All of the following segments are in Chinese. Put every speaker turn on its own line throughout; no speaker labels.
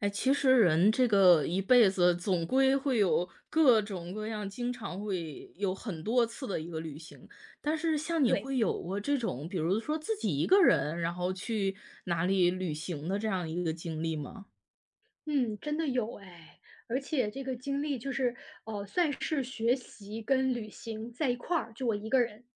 哎，其实人这个一辈子总归会有各种各样，经常会有很多次的一个旅行。但是像你
对，
会有过这种，比如说自己一个人，然后去哪里旅行的这样一个经历吗？
嗯，真的有哎，而且这个经历就是，算是学习跟旅行在一块儿，就我一个人。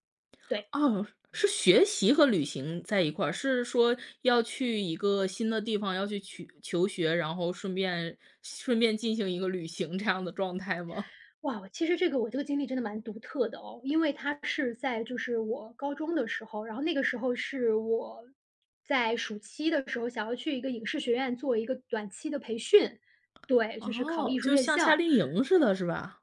对，
哦，是学习和旅行在一块儿，是说要去一个新的地方，要去求学，然后顺便进行一个旅行这样的状态吗？
哇，其实这个我这个经历真的蛮独特的哦，因为它是在就是我高中的时候，然后那个时候是我在暑期的时候想要去一个影视学院做一个短期的培训，对，就是考艺
哦，
术
就
院
像夏
校。
令营似的，是吧？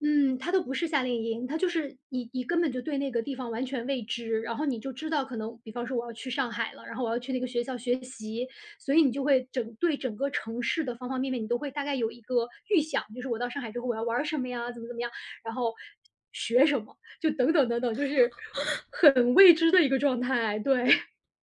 嗯，它都不是夏令营，它就是你根本就对那个地方完全未知，然后你就知道可能比方说我要去上海了，然后我要去那个学校学习，所以你就会对整个城市的方方面面，你都会大概有一个预想，就是我到上海之后我要玩儿什么呀，怎么怎么样，然后学什么，就等等等等，就是很未知的一个状态，对。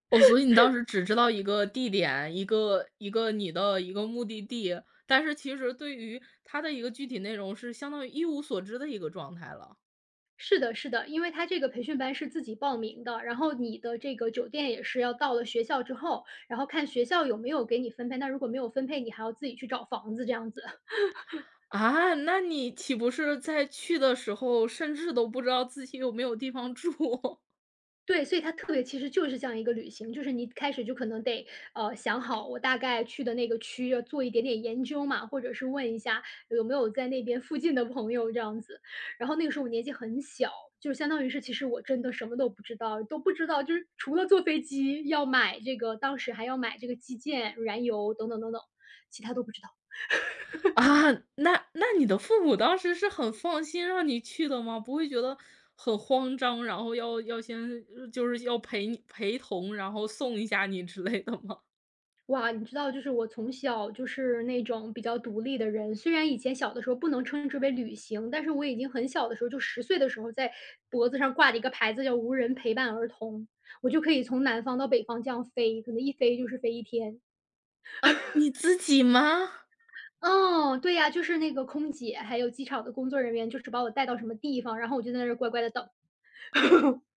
哦，所以你当时只知道一个地点，一个你的一个目的地，但是其实对于它的一个具体内容是相当于一无所知的一个状态了。
是的，是的，因为他这个培训班是自己报名的，然后你的这个酒店也是要到了学校之后，然后看学校有没有给你分配，那如果没有分配，你还要自己去找房子这样子。
啊，那你岂不是在去的时候，甚至都不知道自己有没有地方住？
对，所以它特别其实就是像一个旅行，就是你开始就可能得，想好我大概去的那个区要做一点点研究嘛，或者是问一下有没有在那边附近的朋友这样子。然后那个时候我年纪很小，就相当于是其实我真的什么都不知道，都不知道就是除了坐飞机要买这个当时还要买这个机件、燃油等等等等，其他都不知道。
啊，那你的父母当时是很放心让你去的吗？不会觉得很慌张，然后要先就是要陪你陪同，然后送一下你之类的吗？
哇，你知道，就是我从小就是那种比较独立的人。虽然以前小的时候不能称之为旅行，但是我已经很小的时候，就十岁的时候，在脖子上挂着一个牌子叫"无人陪伴儿童"，我就可以从南方到北方这样飞，可能一飞就是飞一天。
啊，你自己吗？
哦，对呀，就是那个空姐，还有机场的工作人员，就是把我带到什么地方，然后我就在那儿乖乖的等。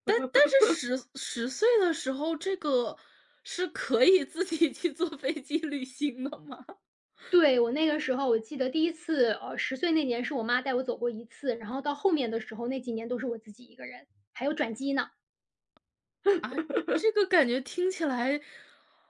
但是十岁的时候，这个是可以自己去坐飞机旅行的吗？
对，我那个时候我记得第一次，十岁那年是我妈带我走过一次，然后到后面的时候，那几年都是我自己一个人，还有转机呢，
这个感觉听起来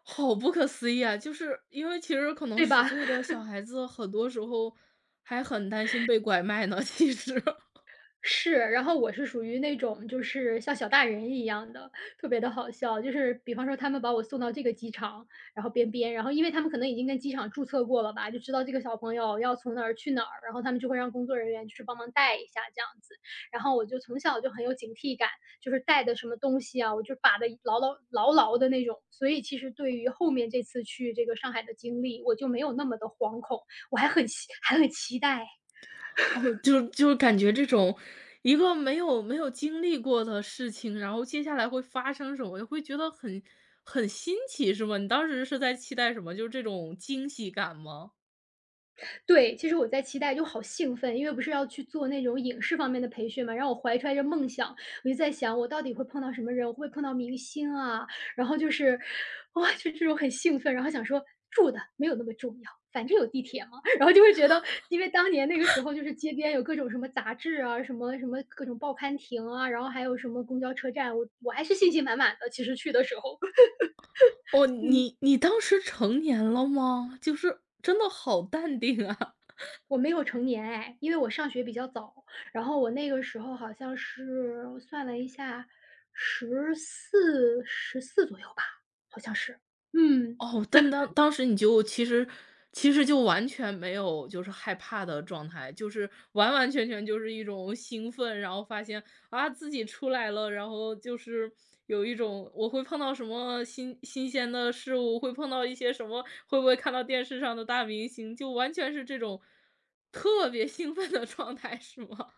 好不可思议啊！就是因为其实可能
对
十
吧？
岁的小孩子很多时候还很担心被拐卖呢，其实。
是，然后我是属于那种就是像小大人一样的，特别的好笑。就是比方说他们把我送到这个机场，然后然后因为他们可能已经跟机场注册过了吧，就知道这个小朋友要从哪儿去哪儿，然后他们就会让工作人员就是帮忙带一下这样子。然后我就从小就很有警惕感，就是带的什么东西啊，我就把的牢牢牢牢的那种。所以其实对于后面这次去这个上海的经历，我就没有那么的惶恐，我还很期待。
哦，就就感觉这种一个没有经历过的事情，然后接下来会发生什么，也会觉得很新奇，是吗？你当时是在期待什么？就是这种惊喜感吗？
对，其实我在期待就好兴奋，因为不是要去做那种影视方面的培训嘛，然后我怀揣着梦想，我就在想我到底会碰到什么人，我会不会碰到明星啊？然后就是，哇，就这种很兴奋，然后想说住的没有那么重要，反正有地铁嘛。然后就会觉得，因为当年那个时候就是街边有各种什么杂志啊，什么什么各种报刊亭啊，然后还有什么公交车站，我还是信心满满的，其实去的时候。
哦，你当时成年了吗？就是真的好淡定啊。
我没有成年哎，因为我上学比较早，然后我那个时候好像是我算了一下十四左右吧，好像是。嗯，
哦，但当时你就其实就完全没有就是害怕的状态，就是完完全全就是一种兴奋，然后发现，啊，自己出来了，然后就是有一种我会碰到什么新鲜的事物，会碰到一些什么会不会看到电视上的大明星，就完全是这种特别兴奋的状态是吗？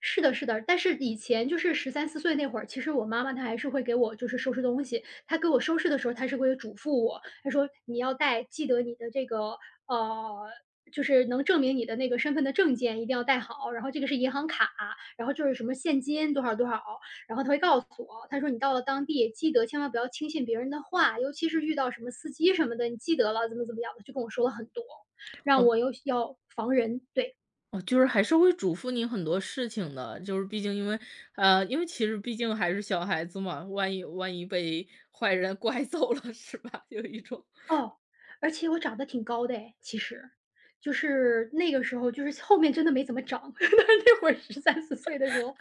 是的，是的，但是以前就是13、14岁那会儿，其实我妈妈她还是会给我就是收拾东西，她给我收拾的时候，她是会嘱咐我，她说："你要带记得你的这个，呃，就是能证明你的那个身份的证件一定要带好，然后这个是银行卡，然后就是什么现金多少多少。"然后她会告诉我，她说："你到了当地，记得千万不要轻信别人的话，尤其是遇到什么司机什么的，你记得了怎么怎么样的。"就跟我说了很多，让
哦。
我又要防人，对。
哦，就是还是会嘱咐你很多事情的，就是毕竟因为，因为其实毕竟还是小孩子嘛，万一被坏人 拐走了，是吧？有一种，
哦，而且我长得挺高的哎，其实。就是那个时候，就是后面真的没怎么长，但是那会儿十四岁的时候，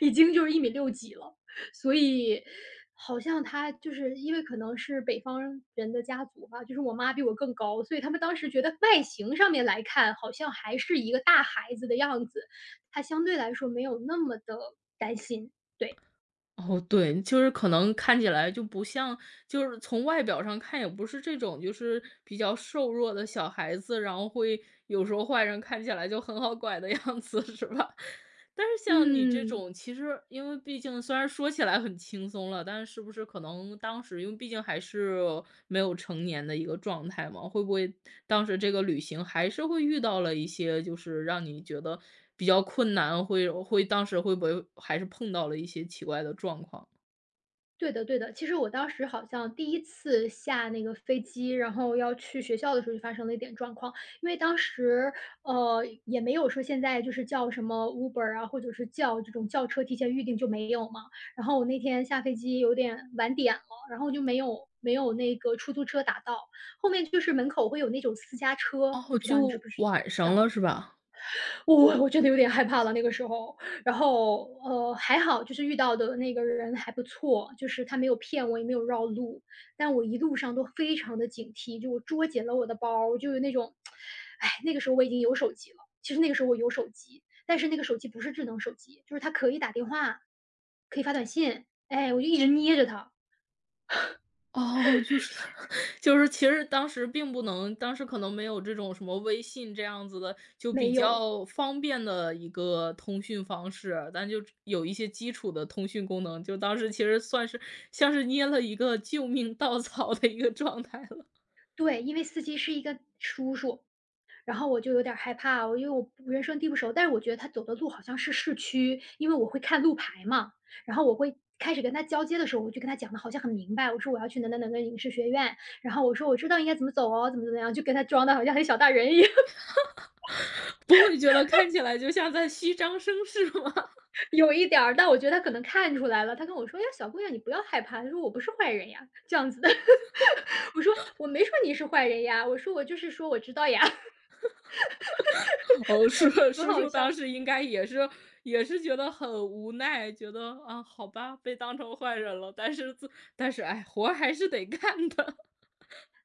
已经就是1米6几了。所以好像他就是因为可能是北方人的家族吧，就是我妈比我更高，所以他们当时觉得外形上面来看，好像还是一个大孩子的样子，他相对来说没有那么的担心，对，
哦，对，就是可能看起来就不像，就是从外表上看也不是这种，就是比较瘦弱的小孩子，然后会有时候坏人看起来就很好拐的 样子，是吧？但是像你这
嗯。
种，其实因为毕竟虽然说起来很轻松了，但是是不是可能当时因为毕竟还是没有成年的一个状态嘛，会不会当时这个旅行还是会遇到了一些就是让你觉得比较困难，会当时会不会还是碰到了一些奇怪的状况？
对的对的，其实我当时好像第一次下那个飞机，然后要去学校的时候就发生了一点状况。因为当时，也没有说现在就是叫什么 Uber 啊，或者是叫这种轿车提前预定就没有嘛。然后我那天下飞机有点晚点了，然后就没有那个出租车打到，后面就是门口会有那种私家车，不
哦，
知道你知不
就
知
晚上了是吧？
我真的有点害怕了，那个时候。然后，还好就是遇到的那个人还不错，就是他没有骗我，也没有绕路。但我一路上都非常的警惕，就我捉紧了我的包儿，就有那种哎，那个时候我已经有手机了，其实那个时候我有手机，但是那个手机不是智能手机，就是它可以打电话，可以发短信，哎，我就一直捏着它，
哦，就是 就是其实当时并不能当时可能没有这种什么微信这样子的，就
没
比
有。
较方便的一个通讯方式，但就有一些基础的通讯功能，就当时其实算是像是捏了一个救命稻草的一个状态了。
对，因为司机是一个叔叔，然后我就有点儿害怕，我因为我不人生地不熟，但是我觉得他走的路好像是市区，因为我会看路牌嘛，然后我会开始跟他交接的时候，我就跟他讲的好像很明白，我说我要去哪哪哪个影视学院，然后我说我知道应该怎么走哦，怎么怎么样，就跟他装的好像很小大人一样，
不会觉得看起来就像在虚张声势吗？
有一点儿，但我觉得他可能看出来了，他跟我说："哎呀，小姑娘，你不要害怕。"他说："我不是坏人呀。"这样子的，我说："我没说你是坏人呀，我说我就是说我知道呀。
哦，叔
很
叔
好
叔
笑。
当时应该也是也是觉得很无奈，觉得啊，好吧，被当成坏人了，但是哎，活儿还是得干的。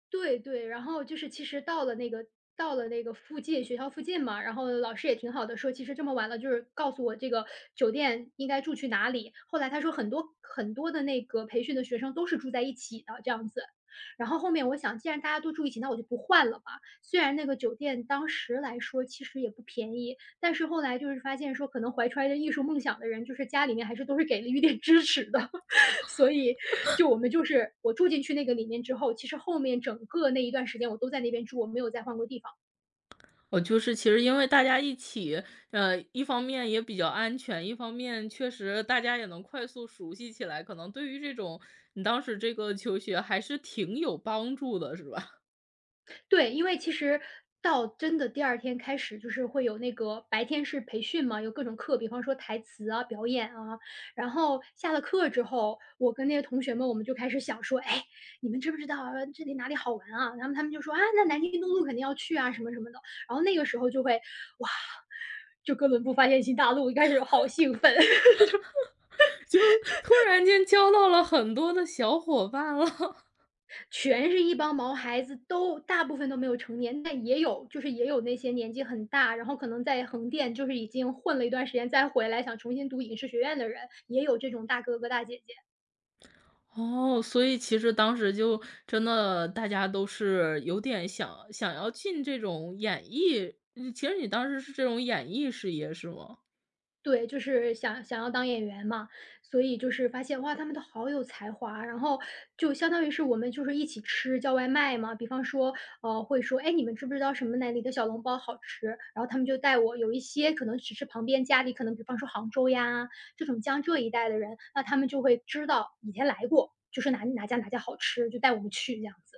对对，然后就是其实到了那个附近学校附近嘛，然后老师也挺好的，说其实这么晚了，就是告诉我这个酒店应该住去哪里。后来他说很多很多的那个培训的学生都是住在一起的这样子。然后后面我想，既然大家都住一起，那我就不换了吧。虽然那个酒店当时来说其实也不便宜，但是后来就是发现说，可能怀揣着艺术梦想的人，就是家里面还是都是给了一点支持的，所以就我们就是我住进去那个里面之后，其实后面整个那一段时间我都在那边住，我没有再换过地方。
哦，就是其实因为大家一起，一方面也比较安全，一方面确实大家也能快速熟悉起来，可能对于这种你当时这个求学还是挺有帮助的，是吧？
对，因为其实到真的第二天开始，就是会有那个白天是培训嘛，有各种课，比方说台词啊、表演啊。然后下了课之后，我跟那些同学们，我们就开始想说，哎，你们知不知道这里哪里好玩啊？然后他们就说啊，那南京东路肯定要去啊，什么什么的。然后那个时候就会，哇，就哥伦布发现新大陆，一开始好兴奋。
就突然间交到了很多的小伙伴了。
全是一帮毛孩子，都大部分都没有成年，但也有就是也有那些年纪很大，然后可能在横店就是已经混了一段时间再回来想重新读影视学院的人，也有这种大哥哥大姐姐。
哦，所以其实当时就真的大家都是有点想要进这种演艺，嗯其实你当时是这种演艺事业是吗？
对，就是想要当演员嘛，所以就是发现哇，他们都好有才华，然后就相当于是我们就是一起吃叫外卖嘛，比方说会说，哎，你们知不知道什么哪里的小笼包好吃？然后他们就带我，有一些可能只是旁边家里可能比方说杭州呀这种江浙一带的人，那他们就会知道以前来过，就是哪家哪家好吃，就带我们去这样子，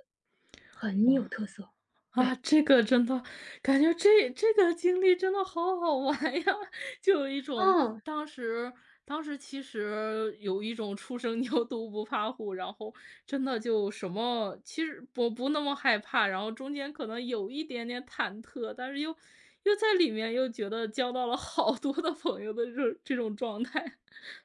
很有
哇，
特色，对，
啊，这个真的感觉这个经历真的好好玩呀，就有一种
嗯。
当时当时其实有一种初生牛犊不怕虎，然后真的就什么其实我不那么害怕，然后中间可能有一点点忐忑，但是又在里面又觉得交到了好多的朋友的这种状态。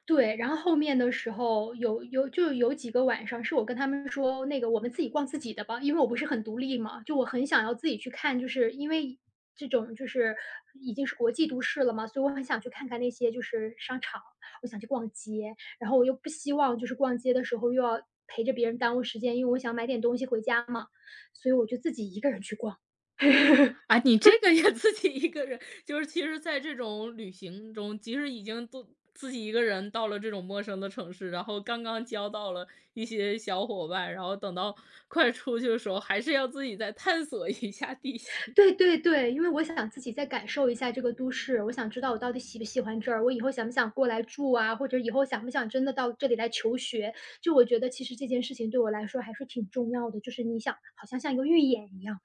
对，然后后面的时候有几个晚上是我跟他们说，那个我们自己逛自己的吧，因为我不是很独立嘛，就我很想要自己去看，就是因为这种就是已经是国际都市了嘛，所以我很想去看看那些就是商场，我想去逛街，然后我又不希望就是逛街的时候又要陪着别人耽误时间，因为我想买点东西回家嘛，所以我就自己一个人去逛。
啊，你这个也 自己一个人，就是其实在这种旅行中，即使已经都自己一个人到了这种陌生的城市，然后刚刚交到了一些小伙伴，然后等到快出去的时候，还是要自己再探索一下地形。
对对对，因为我想自己再感受一下这个都市，我想知道我到底喜不喜欢这儿，我以后想不想过来住啊，或者以后想不想真的到这里来求学。就我觉得其实这件事情对我来说还是挺重要的，就是你想好像像一个预演一样吧。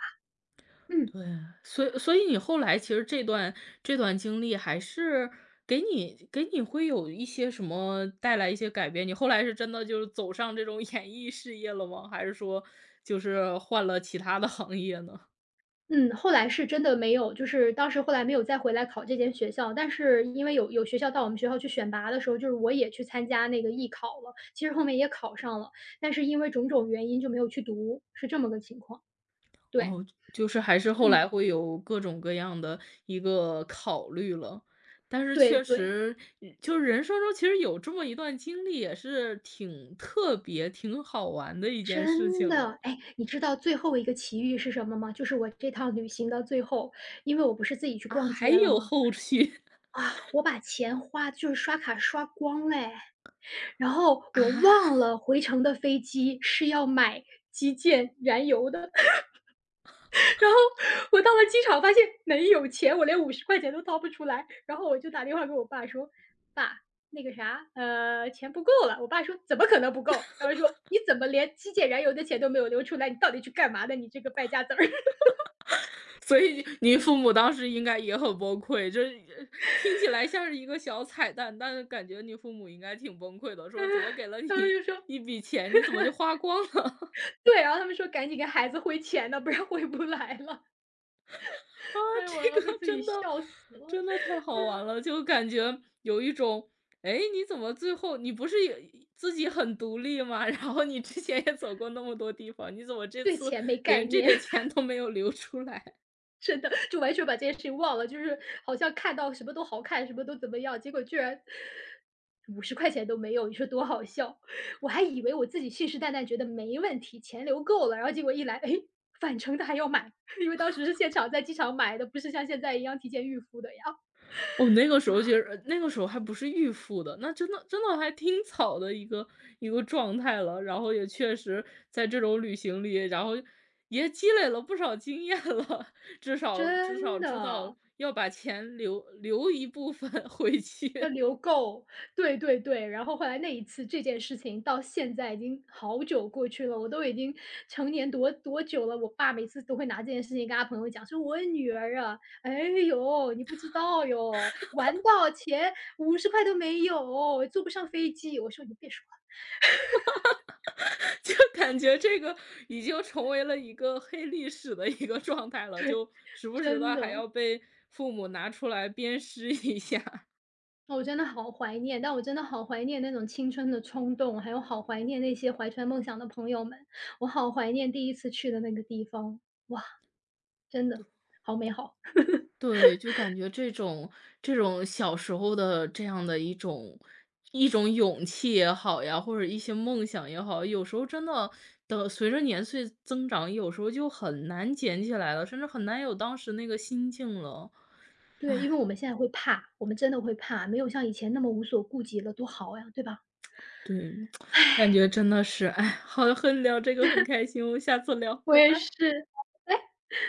嗯，
对，所以你后来其实这段经历还是给你会有一些什么带来一些改变？你后来是真的就是走上这种 演艺事业了吗？还是说就是换了其他的行业呢？
嗯，后来是真的没有，就是当时后来没有再回来考这间学校，但是因为有学校到我们学校去选拔的时候，就是我也去参加那个艺考了，其实后面也考上了，但是因为种种原因就没有去读，是这么个情况。对，
哦，就是还是后
嗯，
来会有各种各样的一个考虑了。但是
对
确
对。
实，嗯就是人生中其实有这么一段经历，也是挺特别、挺好玩的一件事
真
情
的，
了。
哎，你知道最后一个奇遇是什么吗？就是我这趟旅行的最后，因为我不是自己去
啊，
逛
还
街了
有
吗？
后续
我把钱花就是刷卡刷光嘞，然后
啊？
我忘 了回程的飞机是要买极简燃油的。然后我到了机场发现没有钱，我连五十块钱都掏不出来，然后我就打电话给我爸说：“爸，那个啥，钱不够了。”我爸说：“怎么可能不够？”然后说：“你怎么连机检燃油的钱都没有留出来？你到底去干嘛的？你这个败家子儿！”
所以您父母当时应该也很崩溃，这呃听起来像是一个小彩蛋，但是感觉你父母应该挺崩溃的，说怎么给了
他们
你
就说
一笔钱，你怎么就花光了？
对，然后他们说：“赶紧给孩子汇钱呢，不然汇不来了。
啊，
哎呦，
这
我要被
个
自己
真的
笑死了，
真的太好玩了，就感觉有一种，哎，你怎么最后你不是也自己很独立吗？然后你之前也走过那么多地方，你怎么这
对
次
钱没概
连这
念。
点钱都没有留出来？
真的，就完全把这件事情忘了，就是好像看到什么都好看，什么都怎么样，结果居然五十块钱都没有，你说多好笑。我还以为我自己信誓旦旦觉得没问题，钱留够了，然后结果一来，哎，返程的还要买，因为当时是现场在机场买的，不是像现在一样提前预付的呀，
我那个时候觉实那个时候还不是预付的，那真的还挺草的一个状态了。然后也确实在这种旅行里，然后也积累了不少经验了，至少至
真
少知道
的。
要把钱留一部分 回去，
要留 够，对对对。然后后来那一次这件事情到现在已经好久过去了，我都已经成年多久了，我爸每次都会拿这件事情跟他朋友讲，说我女儿啊，哎呦，你不知道哟，玩到钱五十块都没有，坐不上飞机。我说你别说了，
就感觉这个已经成为了一个黑历史的一个状态了，就时不时
真
的还
的。
要被父母拿出来鞭尸一下。
我真的好怀念，但我真的好怀念那种青春的冲动，还有好怀念那些怀揣梦想的朋友们，我好怀念第一次去的那个地方，哇，真的好美好。
对，就感觉这种小时候的这样的一种勇气也好呀，或者一些梦想也好，有时候真的等随着年岁增长，有时候就很难捡起来了，甚至很难有当时那个心境了。
对，因为我们现在会怕，我们真的会怕，没有像以前那么无所顾忌了，多好呀，对吧？
对，感觉真的是，哎，好，很聊这个很开心，我们下次聊，
我
拜
也
拜。
是，